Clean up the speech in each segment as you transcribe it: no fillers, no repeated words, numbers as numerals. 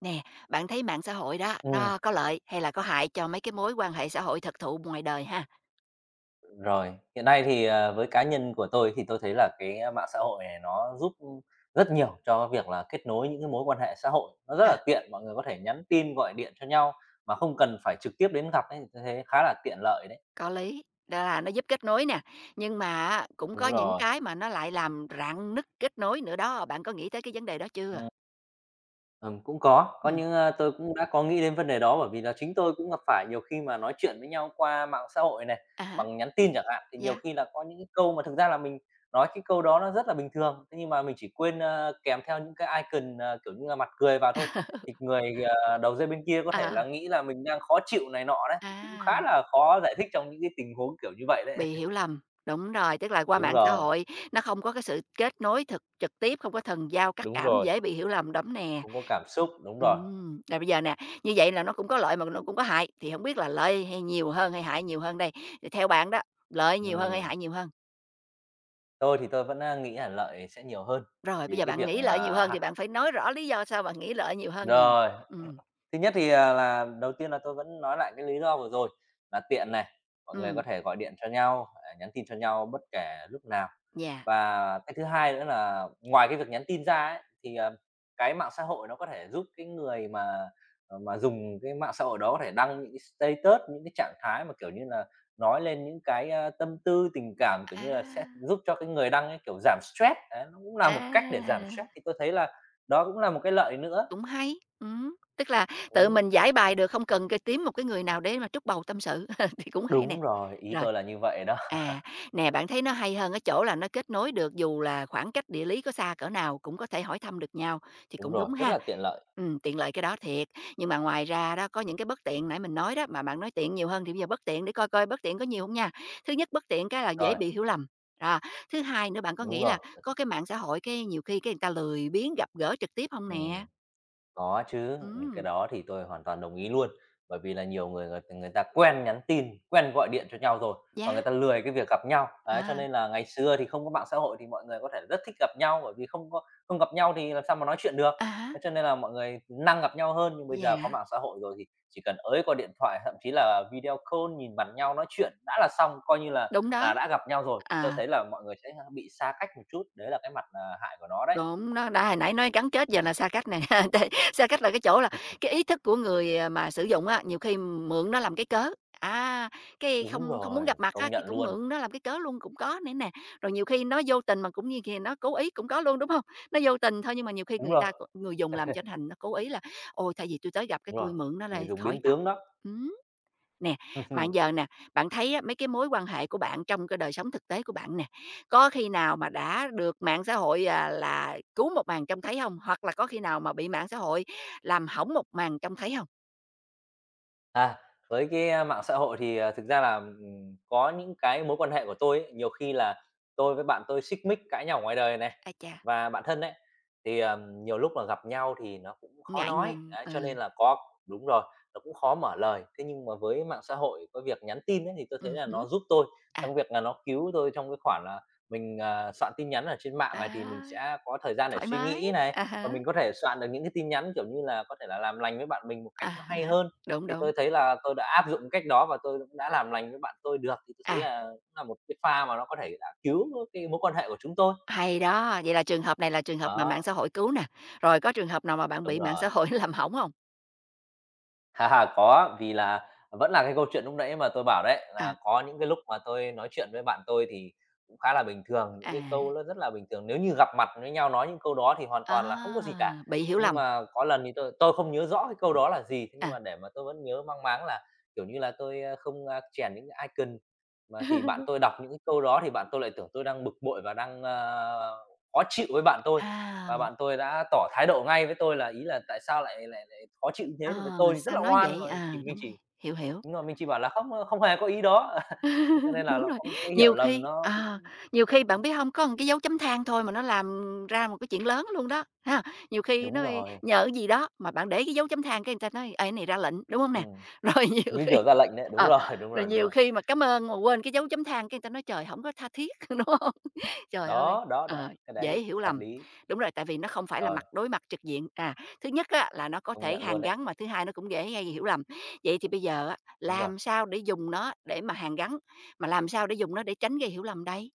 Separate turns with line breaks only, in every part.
Nè, bạn thấy mạng xã hội đó,
Ừm,
nó có lợi hay là có hại cho mấy cái mối quan hệ xã hội thực thụ ngoài đời ha?
rồi. Hiện nay thì, với cá nhân của tôi thì tôi thấy là mạng xã hội này nó giúp rất nhiều cho việc là kết nối những cái mối quan hệ xã hội, nó rất
À.
là tiện, mọi người có thể nhắn tin, gọi điện cho nhau mà không cần phải trực tiếp đến gặp ấy, tôi thấy khá là tiện lợi đấy.
Có lý, đó là nó giúp kết nối nè, nhưng mà á, cũng có
Đúng
những
rồi,
cái mà nó lại làm rạn nứt kết nối nữa đó, bạn có nghĩ tới cái vấn đề đó chưa?
ừm. Cũng có
Ừm,
những, tôi cũng đã có nghĩ đến vấn đề đó bởi vì là chính tôi cũng gặp phải nhiều khi mà nói chuyện với nhau qua mạng xã hội này,
à há,
bằng nhắn tin chẳng hạn, thì nhiều
yeah.
khi là có những cái câu mà thực ra là mình nói cái câu đó nó rất là bình thường, thế nhưng mà mình chỉ quên, kèm theo những cái icon, kiểu như là, mặt cười vào thôi, thì người, đầu dây bên kia có thể
Ờ,
là nghĩ là mình đang khó chịu này nọ đấy, thì cũng
à,
khá là khó giải thích trong những cái tình huống kiểu như vậy đấy.
bị hiểu lầm, đúng rồi, tức là qua
Đúng
mạng xã
rồi,
hội nó không có cái sự kết nối thực trực tiếp, không có thần giao, cắt
đúng
cảm,
rồi,
dễ bị hiểu lầm, đấm nè.
không có cảm xúc, đúng rồi,
Rồi bây giờ nè, như vậy là nó cũng có lợi mà nó cũng có hại, thì không biết là lợi hay nhiều hơn hay hại nhiều hơn đây? Thì theo bạn đó, lợi nhiều hơn hay
ừm.
hại nhiều hơn?
Tôi thì tôi vẫn, nghĩ là lợi sẽ nhiều hơn, bởi
Rồi bây
vì
giờ
cái
bạn
việc,
nghĩ lợi nhiều
à
hơn thì
ha
bạn phải nói rõ lý do sao bạn nghĩ lợi nhiều hơn nè.
rồi,
Ừm,
Thứ nhất thì, là đầu tiên là tôi vẫn nói lại cái lý do vừa rồi, là tiện này, mọi người có
ừm,
thể gọi điện cho nhau, nhắn tin cho nhau bất kể lúc nào.
yeah.
Và cái thứ hai nữa là ngoài cái việc nhắn tin ra ấy, thì, cái mạng xã hội nó có thể giúp cái người mà, mà dùng cái mạng xã hội đó có thể đăng những cái status, những cái trạng thái mà, kiểu như là, nói lên những tâm tư, tình cảm, kiểu như là, sẽ
À,
giúp cho cái người đăng ấy, kiểu, giảm stress, đấy, nó cũng là một cách để giảm
à,
stress thì tôi thấy là đó cũng là một cái lợi nữa.
cũng hay, tức là tự
Ừm.
mình giải bài được, không cần cái kiếm một cái người nào để mà trút bầu tâm sự thì cũng hay nè.
Đúng rồi, ý
Rồi.
tôi là như vậy đó.
À, nè, bạn thấy nó hay hơn ở chỗ là nó kết nối được dù là khoảng cách địa lý có xa cỡ nào cũng có thể hỏi thăm được nhau, thì
Đúng
cũng
rồi,
đúng
rất
ha.
là tiện lợi.
Tiện lợi cái đó thiệt, nhưng mà ngoài ra đó có những cái bất tiện nãy mình nói đó, mà bạn nói tiện nhiều hơn thì bây giờ bất tiện để coi coi bất tiện có nhiều không nha. Thứ nhất bất tiện cái là dễ
Rồi,
bị hiểu lầm, đó, thứ hai nữa bạn có
đúng
nghĩ là
rồi,
có cái mạng xã hội cái nhiều khi cái người ta lười biếng gặp gỡ trực tiếp không
ừm.
nè?
Có chứ, cái
Ừm,
đó thì tôi hoàn toàn đồng ý luôn. Bởi vì là nhiều người người người ta quen nhắn tin, quen gọi điện cho nhau rồi và
yeah,
người ta lười cái việc gặp nhau. Đấy, cho
à,
nên là ngày xưa thì không có mạng xã hội thì mọi người có thể rất thích gặp nhau, bởi vì không có không gặp nhau thì làm sao mà nói chuyện được.
à
Thế cho nên là mọi người năng gặp nhau hơn, nhưng bây
dạ
giờ có mạng xã hội rồi thì chỉ cần ới qua điện thoại, thậm chí là video call nhìn mặt nhau nói chuyện đã là xong, coi như
đúng đó.
là đã gặp nhau rồi, thì tôi
À.
thấy là mọi người sẽ, bị xa cách một chút, đấy là cái mặt, hại của nó đấy.
Đúng, nó đã hồi nãy nói gắn kết giờ là xa cách nè, tại xa cách là cái chỗ là cái ý thức của người, à, mà sử dụng á, nhiều khi mượn nó làm cái cớ, à, cái
Đúng
không không muốn
rồi,
gặp mặt á,
công
cái
nhận
cũng
luôn.
mượn nó làm cái cớ luôn cũng có nữa nè. Rồi nhiều khi nó vô tình mà cũng như kìa nó cố ý cũng có luôn, đúng không? Nó vô tình thôi nhưng mà nhiều khi
Đúng
người
rồi.
ta c người dùng làm cho thành nó cố ý là "Ôi, thay vì tôi tới gặp cái
Đúng
tôi
rồi,
mượn nó
người
lại
dùng
khỏi
biến
gặp."
tướng đó.
Ừ. Nè, mà giờ nè, bạn thấy á, mấy cái mối quan hệ của bạn trong cái đời sống thực tế của bạn nè, có khi nào mà đã được mạng xã hội, à, là cứu một màn trông thấy không? Hoặc là có khi nào mà bị mạng xã hội làm hỏng một màn trông thấy không?
À, với mạng xã hội thì, thực ra là, có những cái mối quan hệ của tôi ấy, nhiều khi là tôi với bạn tôi xích mích cãi nhau ngoài đời này,
A cha,
và bạn thân đấy thì, nhiều lúc là gặp nhau thì nó cũng khó
ngại
nói,
ngùng,
đấy, cho
ừ,
nên là có đúng rồi, nó cũng khó mở lời. Thế nhưng mà với mạng xã hội có việc nhắn tin ấy, thì tôi thấy là
hứm,
nó giúp tôi
à,
trong việc là nó cứu tôi trong cái khoản là mình, soạn tin nhắn ở trên mạng này thì mình
đó,
sẽ có thời gian để
thoải
suy
mái,
nghĩ này,
à
và
hả,
mình có thể soạn được những cái tin nhắn, kiểu như là, có thể là làm lành với bạn mình một
à
cách nó hay
hả,
hơn.
đúng,
Thì
đúng,
tôi thấy là tôi đã áp dụng cách đó và tôi cũng đã làm lành với bạn tôi được, thì tôi thấy
à,
là cũng là một cái pha mà nó có thể là cứu cái mối quan hệ của chúng tôi.
hay đó, vậy là trường hợp này là trường hợp mà mạng
Đó,
xã hội cứu nè, rồi có trường hợp nào mà bạn
đúng
bị mạng
rồi.
xã hội làm hỏng không?
Ha có, vì là vẫn là cái câu chuyện lúc nãy mà tôi bảo đấy,
À,
là có những cái lúc mà tôi nói chuyện với bạn tôi thì cũng khá là bình thường, những cái
à,
câu nó rất là bình thường. Nếu như gặp mặt với nhau nói những câu đó thì hoàn
à,
toàn là không có gì cả.
bị hiểu
Thế nhưng
lầm.
mà có lần thì tôi không nhớ rõ cái câu đó là gì, thế nhưng
À.
mà để mà tôi vẫn nhớ mang máng là, kiểu như là, tôi, không, chèn những cái icon, mà thì bạn tôi đọc những cái câu đó thì bạn tôi lại tưởng tôi đang bực bội và đang, khó chịu với bạn tôi.
À,
Và bạn tôi đã tỏ thái độ ngay với tôi là ý là "Tại sao lại lại Khó chịu như thế thì với
ờ,
tôi thì rất
sao
là
nói
oan
vậy?
mà
Ờ,
chỉ mình
đúng,
chỉ
hiểu, hiểu.
đúng rồi, mình chỉ bảo là không, không hề có ý đó." Cho nên là
Đúng
nó
rồi,
có một cái hiểu
nhiều
lầm
khi
nó cũng
ờ, nhiều khi bạn biết không có một cái dấu chấm than thôi mà nó làm ra một cái chuyện lớn luôn đó, ha. Nhiều khi
đúng
nó
rồi,
nhờ cái gì đó mà bạn để cái dấu chấm than cái người ta nói: "Ê, cái này ra lệnh", đúng không nè?
ừm,
Rồi nhiều
như
khi
kiểu ra lệnh đấy, đúng
ờ,
rồi, đúng
rồi
rồi, đúng
nhiều
rồi.
khi mà cảm ơn mà quên cái dấu chấm than cái người ta nói: "Trời, không có tha thiết", đúng hông? Trời ơi!
Đó, đó,
Ờ,
đó, cái
dễ
đấy
hiểu
hợp
lầm.
lý,
Đúng rồi, tại vì nó không phải là
rồi,
mặt đối mặt trực diện. À, thứ nhất á là nó có
công
thể
nhận luôn
hàn
đấy,
gắn, mà thứ hai nó cũng dễ gây hiểu lầm. Vậy thì bây giờ á,
đúng rồi.
làm sao để dùng nó để mà hàn gắn, mà làm sao để dùng nó để tránh gây hiểu lầm đây?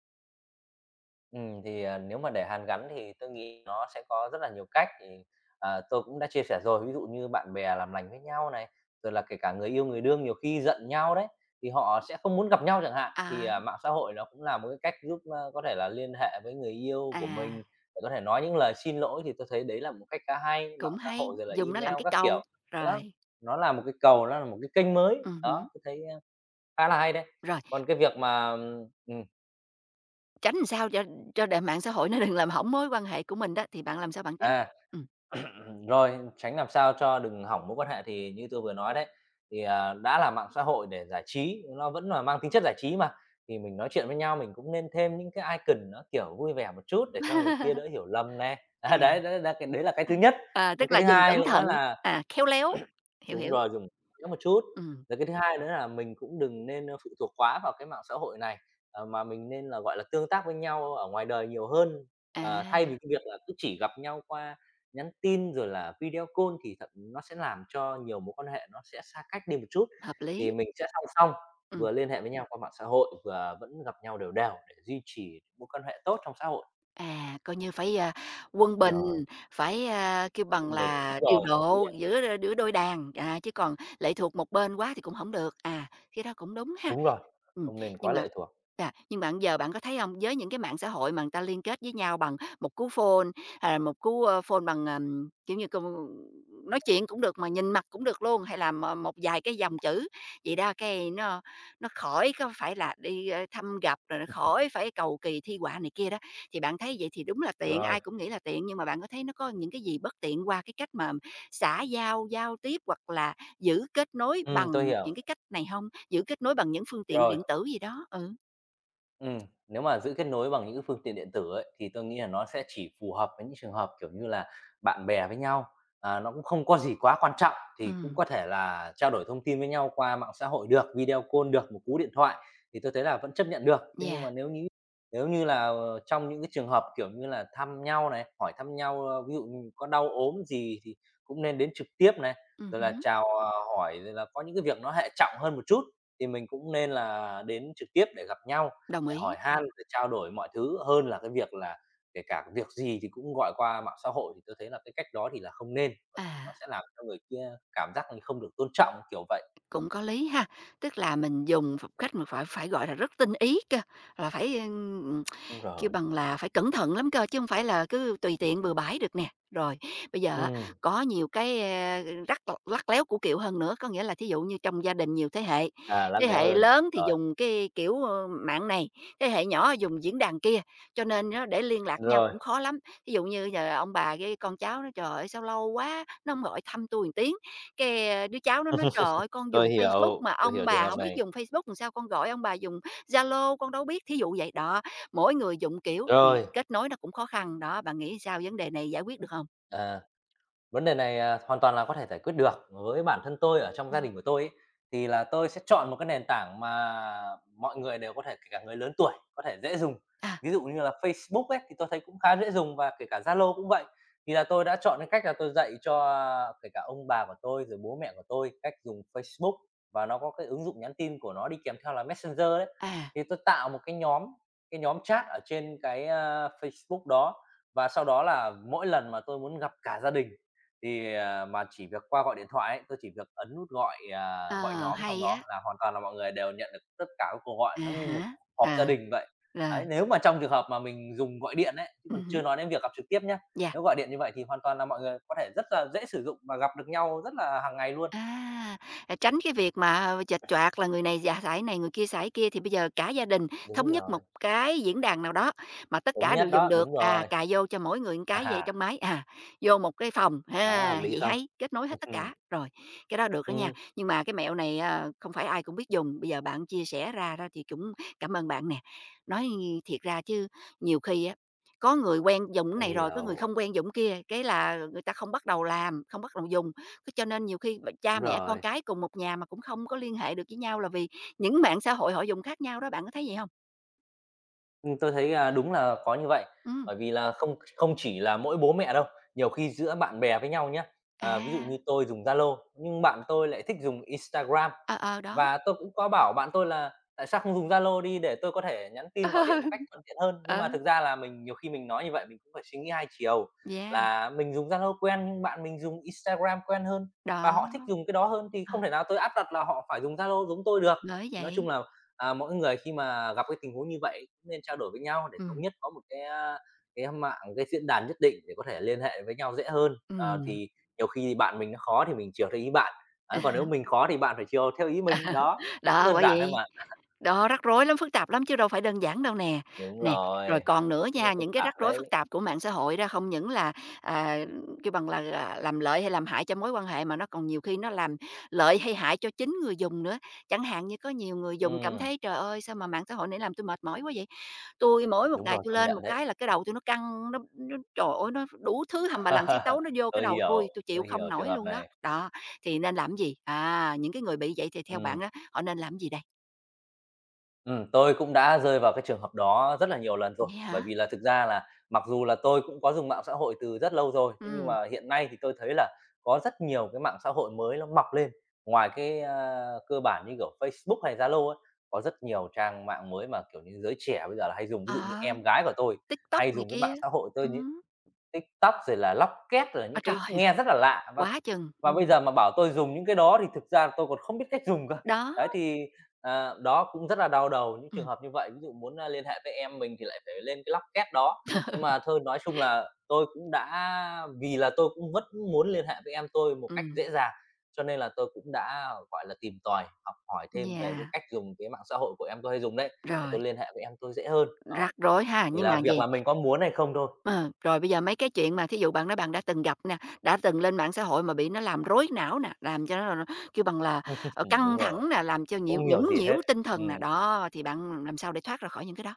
Thì, nếu mà để hàn gắn thì tôi nghĩ nó sẽ có rất là nhiều cách, thì, tôi cũng đã chia sẻ rồi. Ví dụ như bạn bè làm lành với nhau này, rồi là kể cả người yêu, người đương nhiều khi giận nhau đấy, thì họ sẽ không muốn gặp nhau chẳng hạn, thì,
À,
mạng xã hội nó cũng là một cái cách giúp, có thể là liên hệ với người yêu của
à,
mình, để có thể nói những lời xin lỗi, thì tôi thấy đấy là một cách khá hay. Mạng
cũng
xã
hay,
hội rồi là
dùng nó làm
email
cái
các
cầu.
kiểu, nó
Rồi,
nó là một cái cầu, nó là một cái kênh mới,
hứm,
đó, tôi thấy, khá là hay đấy.
rồi,
Còn cái việc mà, ừm,
tránh làm sao cho để mạng xã hội nó đừng làm hỏng mối quan hệ của mình đó, thì bạn làm sao bạn tránh?
à
Ừm.
rồi, tránh làm sao cho đừng hỏng mối quan hệ thì như tôi vừa nói đấy, thì, đã là mạng xã hội để giải trí, nó vẫn là mang tính chất giải trí mà, thì mình nói chuyện với nhau mình cũng nên thêm những cái icon nó, kiểu, vui vẻ một chút để cho người kia đỡ hiểu lầm nè. À, đấy,
À,
đấy là cái thứ nhất.
à,
Còn
tức
cái
là
thứ
dùng
hai
cẩn
nữa
thận,
là
à, khéo léo. Hiểu,
Đúng
hiểu.
rồi, dùng nhớ một chút.
Ừ.
Rồi cái thứ hai nữa là mình cũng đừng nên, phụ thuộc quá vào cái mạng xã hội này, mà mình nên là, gọi là, tương tác với nhau ở ngoài đời nhiều hơn. Ờ, thay vì
À,
cái việc là cứ chỉ gặp nhau qua nhắn tin rồi là video call thì thật nó sẽ làm cho nhiều mối quan hệ nó sẽ xa cách đi một chút.
hợp
Thì
lý.
mình sẽ song song
Ừ.
vừa liên hệ với nhau qua mạng xã hội, vừa vẫn gặp nhau đều đều để duy trì mối quan hệ tốt trong xã hội.
À, coi như phải, à, quân
Đúng
bình,
Rồi,
phải, a, kêu bằng
trung bình, đúng
là, điều
rồi, hợp lý
độ
đấy.
giữa giữa đôi đàn, à, chứ còn lệ thuộc một bên quá thì cũng không được. À, cái đó cũng đúng ha.
Đúng rồi,
Ừm,
không nên
nhưng
quá
mà
lệ thuộc.
à, nhưng bạn giờ bạn có thấy không với những cái mạng xã hội mà người ta liên kết với nhau bằng một cú phone, à, một cú, ơ, phone bằng, kiểu như, con nói chuyện cũng được mà nhìn mặt cũng được luôn, hay là m một vài cái dòng chữ, vậy đó, cái nó khỏi có phải là đi, ơ, thăm gặp, rồi nó khỏi phải cầu kỳ thi họa này kia đó. Thì bạn thấy vậy thì đúng là tiện,
Rồi,
ai cũng nghĩ là tiện, nhưng mà bạn có thấy nó có những cái gì bất tiện qua cái cách mà xã giao, giao tiếp hoặc là giữ kết nối
tôi
bằng
hiểu.
những cái cách này không? Giữ kết nối bằng những phương tiện
Rồi.
điện tử gì đó, ừ.
Ừm, nếu mà giữ kết nối bằng những cái phương tiện điện tử ấy, thì tôi nghĩ là nó sẽ chỉ phù hợp với những trường hợp, kiểu như là, bạn bè với nhau, nó cũng không có gì quá quan trọng,
Ừ,
thì cũng có thể là trao đổi thông tin với nhau qua mạng xã hội được, video call được, một cú điện thoại thì tôi thấy là vẫn chấp nhận được. Thế nhưng
dạ,
mà nếu như là, trong những cái trường hợp, kiểu như là, thăm nhau này, hỏi thăm nhau, ví dụ như có đau ốm gì thì cũng nên đến trực tiếp này,
ừm
rồi là
hứm,
chào, hỏi, rồi là có những cái việc nó hệ trọng hơn một chút thì mình cũng nên là đến trực tiếp để gặp nhau
đồng
để
ý.
hỏi han, để trao đổi mọi thứ hơn là cái việc là kể cả cái việc gì thì cũng gọi qua mạng xã hội, thì tôi thấy là cái cách đó thì là không nên, bởi vì nó
À,
sẽ làm cho người kia cảm giác như không được tôn trọng, kiểu vậy.
cũng có lý ha, tức là mình dùng một cách mà phải phải, gọi là, rất tinh ý cơ, là phải, ưm,
Đúng
kêu
rồi,
bằng là phải cẩn thận lắm cơ, chứ không phải là cứ tùy tiện bừa bãi được nè. Rồi, bây giờ á,
ừm,
có nhiều cái, a, rắc lắt léo của kiểu hơn nữa, có nghĩa là thí dụ như trong gia đình nhiều
à, lắt
thế
léo
hệ
hơn.
lớn thì
Rồi,
dùng cái kiểu, ơ, mạng này, thế hệ nhỏ dùng diễn đàn kia, cho nên nó để liên lạc nhau
rồi,
cũng khó lắm. Thí dụ như giờ ông bà với con cháu nó "Trời ơi, sao lâu quá, nó không gọi thăm tui tiếng." Cái, a, đứa cháu nó nói: "Trời ơi, con dùng Facebook mà
tôi
ông
hiểu trường
bà
hợp
không biết
này.
dùng Facebook làm sao con gọi ông bà dùng Zalo, con đâu biết." Thí dụ vậy đó, mỗi người dụng kiểu thì
Rồi,
kết nối nó cũng khó khăn, đó, bạn nghĩ sao vấn đề này giải quyết được không?
à Vấn đề này, hoàn toàn là có thể giải quyết được. Với bản thân tôi ở trong gia
Ừm.
đình của tôi ấy, thì là tôi sẽ chọn một cái nền tảng mà mọi người đều có thể, kể cả người lớn tuổi, có thể dễ dùng.
À,
Ví dụ như là Facebook ấy, thì tôi thấy cũng khá dễ dùng và kể cả Zalo cũng vậy. Thì là tôi đã chọn cái cách là tôi dạy cho, kể cả ông bà của tôi, rồi bố mẹ của tôi cách dùng Facebook và nó có cái ứng dụng nhắn tin của nó đi kèm theo là Messenger đấy.
à,
Thì tôi tạo một cái nhóm chat ở trên Facebook đó và sau đó là mỗi lần mà tôi muốn gặp cả gia đình thì, mà chỉ việc qua gọi điện thoại ấy, tôi chỉ việc ấn nút gọi, à, gọi
ờ,
nhóm trong
hay
đó
á,
là hoàn toàn là mọi người đều nhận được tất cả các cuộc gọi,
à
nó như một họp gia
há, à,
đình vậy.
là,
Đấy, nếu mà trong trường hợp mà mình dùng gọi điện ấy, chứ còn
hứm,
chưa nói đến việc gặp trực tiếp nhé.
yeah.
Nếu gọi điện như vậy thì hoàn toàn là mọi người có thể rất là dễ sử dụng và gặp được nhau rất là hàng ngày luôn.
À, à, tránh cái việc mà chệch choạc là người này giả xải này, người kia xải kia, thì bây giờ cả gia đình thống
Đúng
nhất một
rồi,
cái diễn đàn nào đó mà tất
đúng
cả
nhất
đều dùng
đó,
được,
đúng
à,
rồi.
cài vô cho mỗi người một
À
cái vậy trong
ha,
máy, à, vô một cái phòng,
đó, hợp
ha,
lý
vậy
không?
hay, kết nối hết tất
Ừ,
cả. Rồi, cái đó được đó nha, nhưng mà cái mẹo này, à, không phải ai cũng biết dùng, bây giờ bạn chia sẻ ra đó thì cũng cảm ơn bạn nè. Nói thiệt ra chứ nhiều khi á, có người quen dùng cái
tôi
này rồi, có người
hiểu,
không quen dùng kia, cái là người ta không bắt đầu làm, không bắt đầu dùng, thế cho nên nhiều khi b cha
đúng
mẹ con
rồi.
cái cùng một nhà mà cũng không có liên hệ được với nhau là vì những mạng xã hội họ dùng khác nhau đó, bạn có thấy vậy không?
Tôi thấy, à, đúng là có như vậy,
Ừm,
bởi vì là không không chỉ là mỗi bố mẹ đâu, nhiều khi giữa bạn bè với nhau nhé. À, ví dụ
à,
như tôi dùng Zalo, nhưng bạn tôi lại thích dùng Instagram,
ờ, ờ, đó,
và tôi cũng có bảo bạn tôi là "Tại sao không dùng Zalo đi để tôi có thể nhắn tin, gọi điện một cách thuận tiện hơn?" Nhưng mà
ờ,
thực ra là mình nhiều khi mình nói như vậy mình cũng phải suy nghĩ hai chiều,
yeah,
là mình dùng Zalo quen nhưng bạn mình dùng Instagram quen hơn, và
đó.
họ thích dùng cái đó hơn thì
Ờ,
không thể nào tôi áp đặt là họ phải dùng Zalo giống tôi được.
bởi
Nói chung
vậy,
là à, mỗi người khi mà gặp cái tình huống như vậy cũng nên trao đổi với nhau để thống
ừm,
nhất có một cái mạng, cái diễn đàn nhất định để có thể liên hệ với nhau dễ hơn. Ờ,
ừm.
thì nhiều khi bạn mình nó khó thì mình chiều theo ý bạn, ấy, còn nếu mình khó thì bạn phải chiều theo ý mình, đó, cũng
Đó,
đơn
bởi
giản thôi
vậy
mà.
đó, rắc rối lắm, phức tạp lắm chứ đâu phải đơn giản đâu nè.
Đúng
Nè,
rồi,
rồi còn nữa
rất là
nha,
phức
những cái
tạp
rắc rối
đấy.
phức tạp của mạng xã hội đó không những là, à, kêu bằng là, à, làm lợi hay làm hại cho mối quan hệ mà nó còn nhiều khi nó làm lợi hay hại cho chính người dùng nữa. Chẳng hạn như có nhiều người dùng cảm
Ừm,
thấy "Trời ơi, sao mà mạng xã hội này làm tôi mệt mỏi quá vậy? Tôi mỗi một
đúng
ngày
rồi,
tôi
công
lên một
nhận đấy.
cái là cái đầu tôi nó căng, nó trời ơi, nó đủ thứ hầm bà lần xí tấu nó vô cái đầu tôi chịu
Tôi
không
hiểu trường
nổi
hợp
luôn đó."
này.
Đó, thì nên làm gì? À, những cái người bị vậy thì theo bạn
Ừm.
đó họ nên làm gì đây?
Tôi cũng đã rơi vào cái trường hợp đó rất là nhiều lần rồi.
Vậy
Bởi
hả?
vì là thực ra là mặc dù là tôi cũng có dùng mạng xã hội từ rất lâu rồi, thế nhưng
Ừm.
mà hiện nay thì tôi thấy là có rất nhiều cái mạng xã hội mới nó mọc lên. Ngoài cơ bản như kiểu Facebook hay Zalo ấy, có rất nhiều trang mạng mới mà, kiểu như, giới trẻ bây giờ là hay dùng. Ví dụ như
Ờ,
em gái của tôi
TikTok
hay
này
dùng cái
kia.
mạng xã hội, tôi nh
Ừm.
TikTok rồi là Locket rồi những
Ôi
cái
trời!
nghe rất là lạ và
Quá chừng!
bây
Ừm.
giờ mà bảo tôi dùng những cái đó thì thực ra tôi còn không biết cách dùng cơ.
Đó.
Đấy, thì, ờ, đó cũng rất là đau đầu những
Ừ,
trường hợp như vậy, ví dụ muốn, liên hệ với em mình thì lại phải lên cái Locket đó. Nhưng mà thôi nói chung là tôi cũng đã vì là tôi cũng vẫn muốn liên hệ với em tôi một cách
ừm.
dễ dàng, cho nên là tôi cũng đã, gọi là, tìm tòi, học hỏi thêm về cái
Yeah,
cách dùng cái mạng xã hội của em tôi hay dùng đấy, để
rồi,
tôi liên hệ với em tôi dễ hơn.
rắc
Đó,
rối ha,
chỉ
nhưng
là
mà
việc
gì?
là mình có muốn hay không thôi.
Ờ, rồi bây giờ mấy cái chuyện mà thí dụ bạn nói bạn đã từng gặp nè, đã từng lên mạng xã hội mà bị nó làm rối não nè, làm cho nó là kêu bằng là, ờ, căng
Đúng rồi.
thẳng nè, làm cho nhiễu
Không hiểu
nhũng
gì hết.
nhiễu tinh thần nè,
Ừm,
đó, thì bạn làm sao để thoát ra khỏi những cái đó?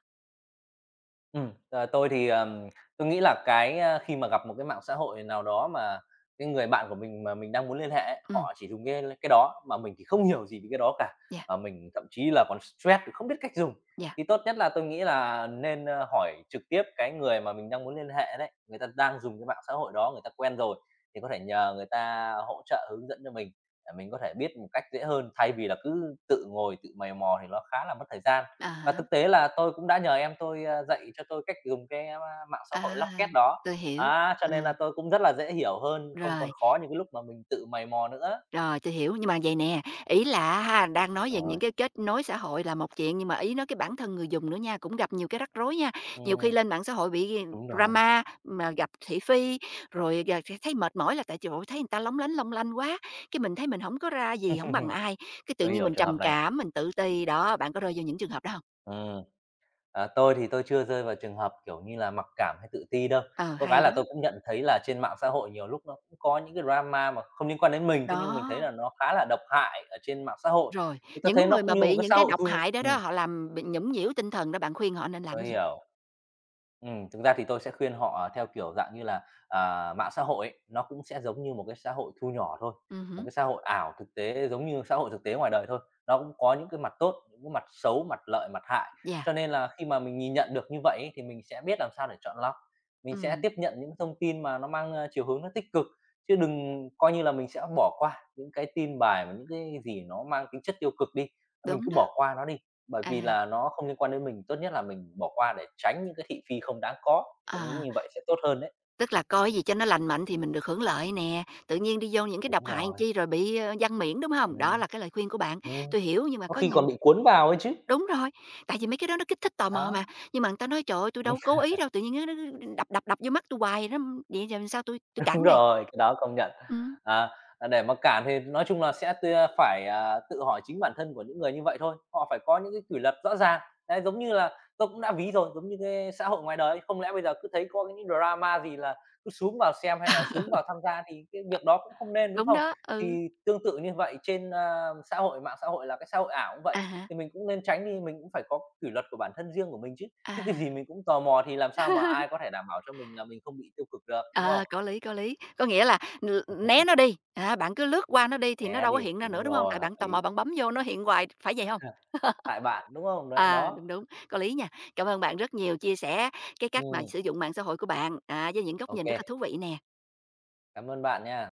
ờ, tôi thì, tôi nghĩ là khi mà gặp một cái mạng xã hội nào đó mà cái người bạn của mình mà mình đang muốn liên hệ ấy,
Ừ,
họ chỉ dùng cái đó mà mình thì không hiểu gì về cái đó cả,
yeah,
và mình thậm chí là còn stress vì không biết cách dùng.
yeah.
Thì tốt nhất là tôi nghĩ là nên, hỏi trực tiếp cái người mà mình đang muốn liên hệ đấy, người ta đang dùng cái mạng xã hội đó, người ta quen rồi thì có thể nhờ người ta hỗ trợ hướng dẫn cho mình, để mình có thể biết một cách dễ hơn, thay vì là cứ tự ngồi tự mày mò thì nó khá là mất thời gian.
À
Và
há,
thực tế là tôi cũng đã nhờ em tôi, dạy cho tôi cách dùng mạng xã
à,
hội Locket đó.
tôi hiểu.
Á, cho
Ờ,
nên là tôi cũng rất là dễ hiểu hơn, không còn
rồi.
khó như cái lúc mà mình tự mày mò nữa.
Rồi, tôi hiểu, nhưng mà vậy nè, ý là ha, đang nói về những
Rồi.
cái kết nối xã hội là một chuyện, nhưng mà ý nói cái bản thân người dùng nữa nha, cũng gặp nhiều cái rắc rối nha. Nhiều khi
Ừm.
lên mạng xã hội bị
Đúng rồi.
drama, mà gặp thị phi, rồi g thấy mệt mỏi là tại chỗ thấy người ta lóng lánh, long lanh quá, cái mình thấy mình không có ra gì, không bằng ai", cái tự
Tôi
nhiên
hiểu
mình
trường hợp
trầm
này.
cảm, mình tự ti. Đó, bạn có rơi vào những trường hợp đó không?
Ừm, à, tôi thì tôi chưa rơi vào trường hợp, kiểu như là, mặc cảm hay tự ti đâu.
Ờ,
Có cái
hay
là
đó.
tôi cũng nhận thấy là trên mạng xã hội nhiều lúc nó cũng có những cái drama mà không liên quan đến mình, thế nhưng mình thấy
Đó,
là nó khá là độc hại ở trên mạng xã hội.
rồi,
Thì tôi thấy
những
nó
người mà
cũng như một
bị
cái
những
xã
cái
hội
độc
thu nh
hại đó đó,
Ừm,
họ làm bị nhũng nhiễu tinh thần đó, bạn khuyên họ nên làm
tôi
gì?
hiểu. Thực ra thì tôi sẽ khuyên họ theo kiểu dạng như là, à, mạng xã hội ấy, nó cũng sẽ giống như một cái xã hội thu nhỏ thôi,
Ừ
một
hứm,
cái xã hội ảo thực tế giống như xã hội thực tế ngoài đời thôi. Nó cũng có những cái mặt tốt, những cái mặt xấu, mặt lợi, mặt hại.
dạ,
Cho nên là khi mà mình nhìn nhận được như vậy ấy, thì mình sẽ biết làm sao để chọn lọc, mình sẽ
ừm.
tiếp nhận những thông tin mà nó mang, ơ, chiều hướng nó tích cực, chứ đừng coi như là mình sẽ bỏ qua những cái tin bài và những cái gì nó mang tính chất tiêu cực đi, mình
Đúng
cứ
đó.
bỏ qua nó đi. Bởi vì
À,
là nó không liên quan đến mình, tốt nhất là mình bỏ qua để tránh những cái thị phi không đáng có, thì tôi nghĩ
ờ,
như vậy sẽ tốt hơn đấy.
tức là coi gì cho nó lành mạnh thì mình được hưởng lợi nè, tự nhiên đi vô những cái độc
Đúng
hại làm
rồi,
chi rồi bị, ơ, giăng miệng, đúng không? Đó
ừm,
là cái lời khuyên của bạn,
ừm,
tôi hiểu nhưng mà
có
có
khi
những
còn bị cuốn vào ấy chứ.
đúng rồi, tại vì mấy cái đó nó kích thích tò mò mà,
Đó.
nhưng mà người ta nói: "Trời ơi, tui đâu cố ý đâu, tự nhiên nó đập đập đập vô mắt tôi hoài đó, vậy giờ làm sao tôi
Đúng
cản đây?"
rồi, cái đó công nhận.
Ừm,
À, à, để mà cản thì nói chung là sẽ tưa phải, tự hỏi chính bản thân của những người như vậy thôi, họ phải có những cái kỷ luật rõ ràng. Đấy, giống như là tôi cũng đã ví rồi, giống như cái xã hội ngoài đời ấy, không lẽ bây giờ cứ thấy có những drama gì là cứ xuống vào xem hay là xuống vào tham gia thì cái việc đó cũng không nên, đúng
đúng
không?
đó, ừ,
Thì tương tự như vậy trên, a, xã hội mạng xã hội là cái xã hội ảo cũng
à
vậy,
há,
thì mình cũng nên tránh đi, mình cũng phải có kỷ luật của bản thân riêng của mình chứ. Chứ cái gì
à.
mình cũng tò mò thì làm sao mà ai có thể đảm bảo cho mình là mình không bị tiêu cực được, đúng không?
Ờ, có lý, có lý. Có nghĩa là l né nó đi, à, bạn cứ lướt qua nó đi thì nó
Né
đâu có
đi,
hiện ra nữa,
đúng
đúng không?
rồi,
Tại
hợp
bạn tò mò
lý.
bạn bấm vô nó hiện hoài, phải vậy không?
Tại bạn, đúng không? Đấy,
À, đúng,
đó.
đúng, có lý nha. Cảm ơn bạn rất nhiều chia sẻ cái cách mà
Ừ,
sử dụng mạng xã hội của bạn, à, với những góc nhìn rất là thú
ok,
vị nè.
cảm ơn bạn nha.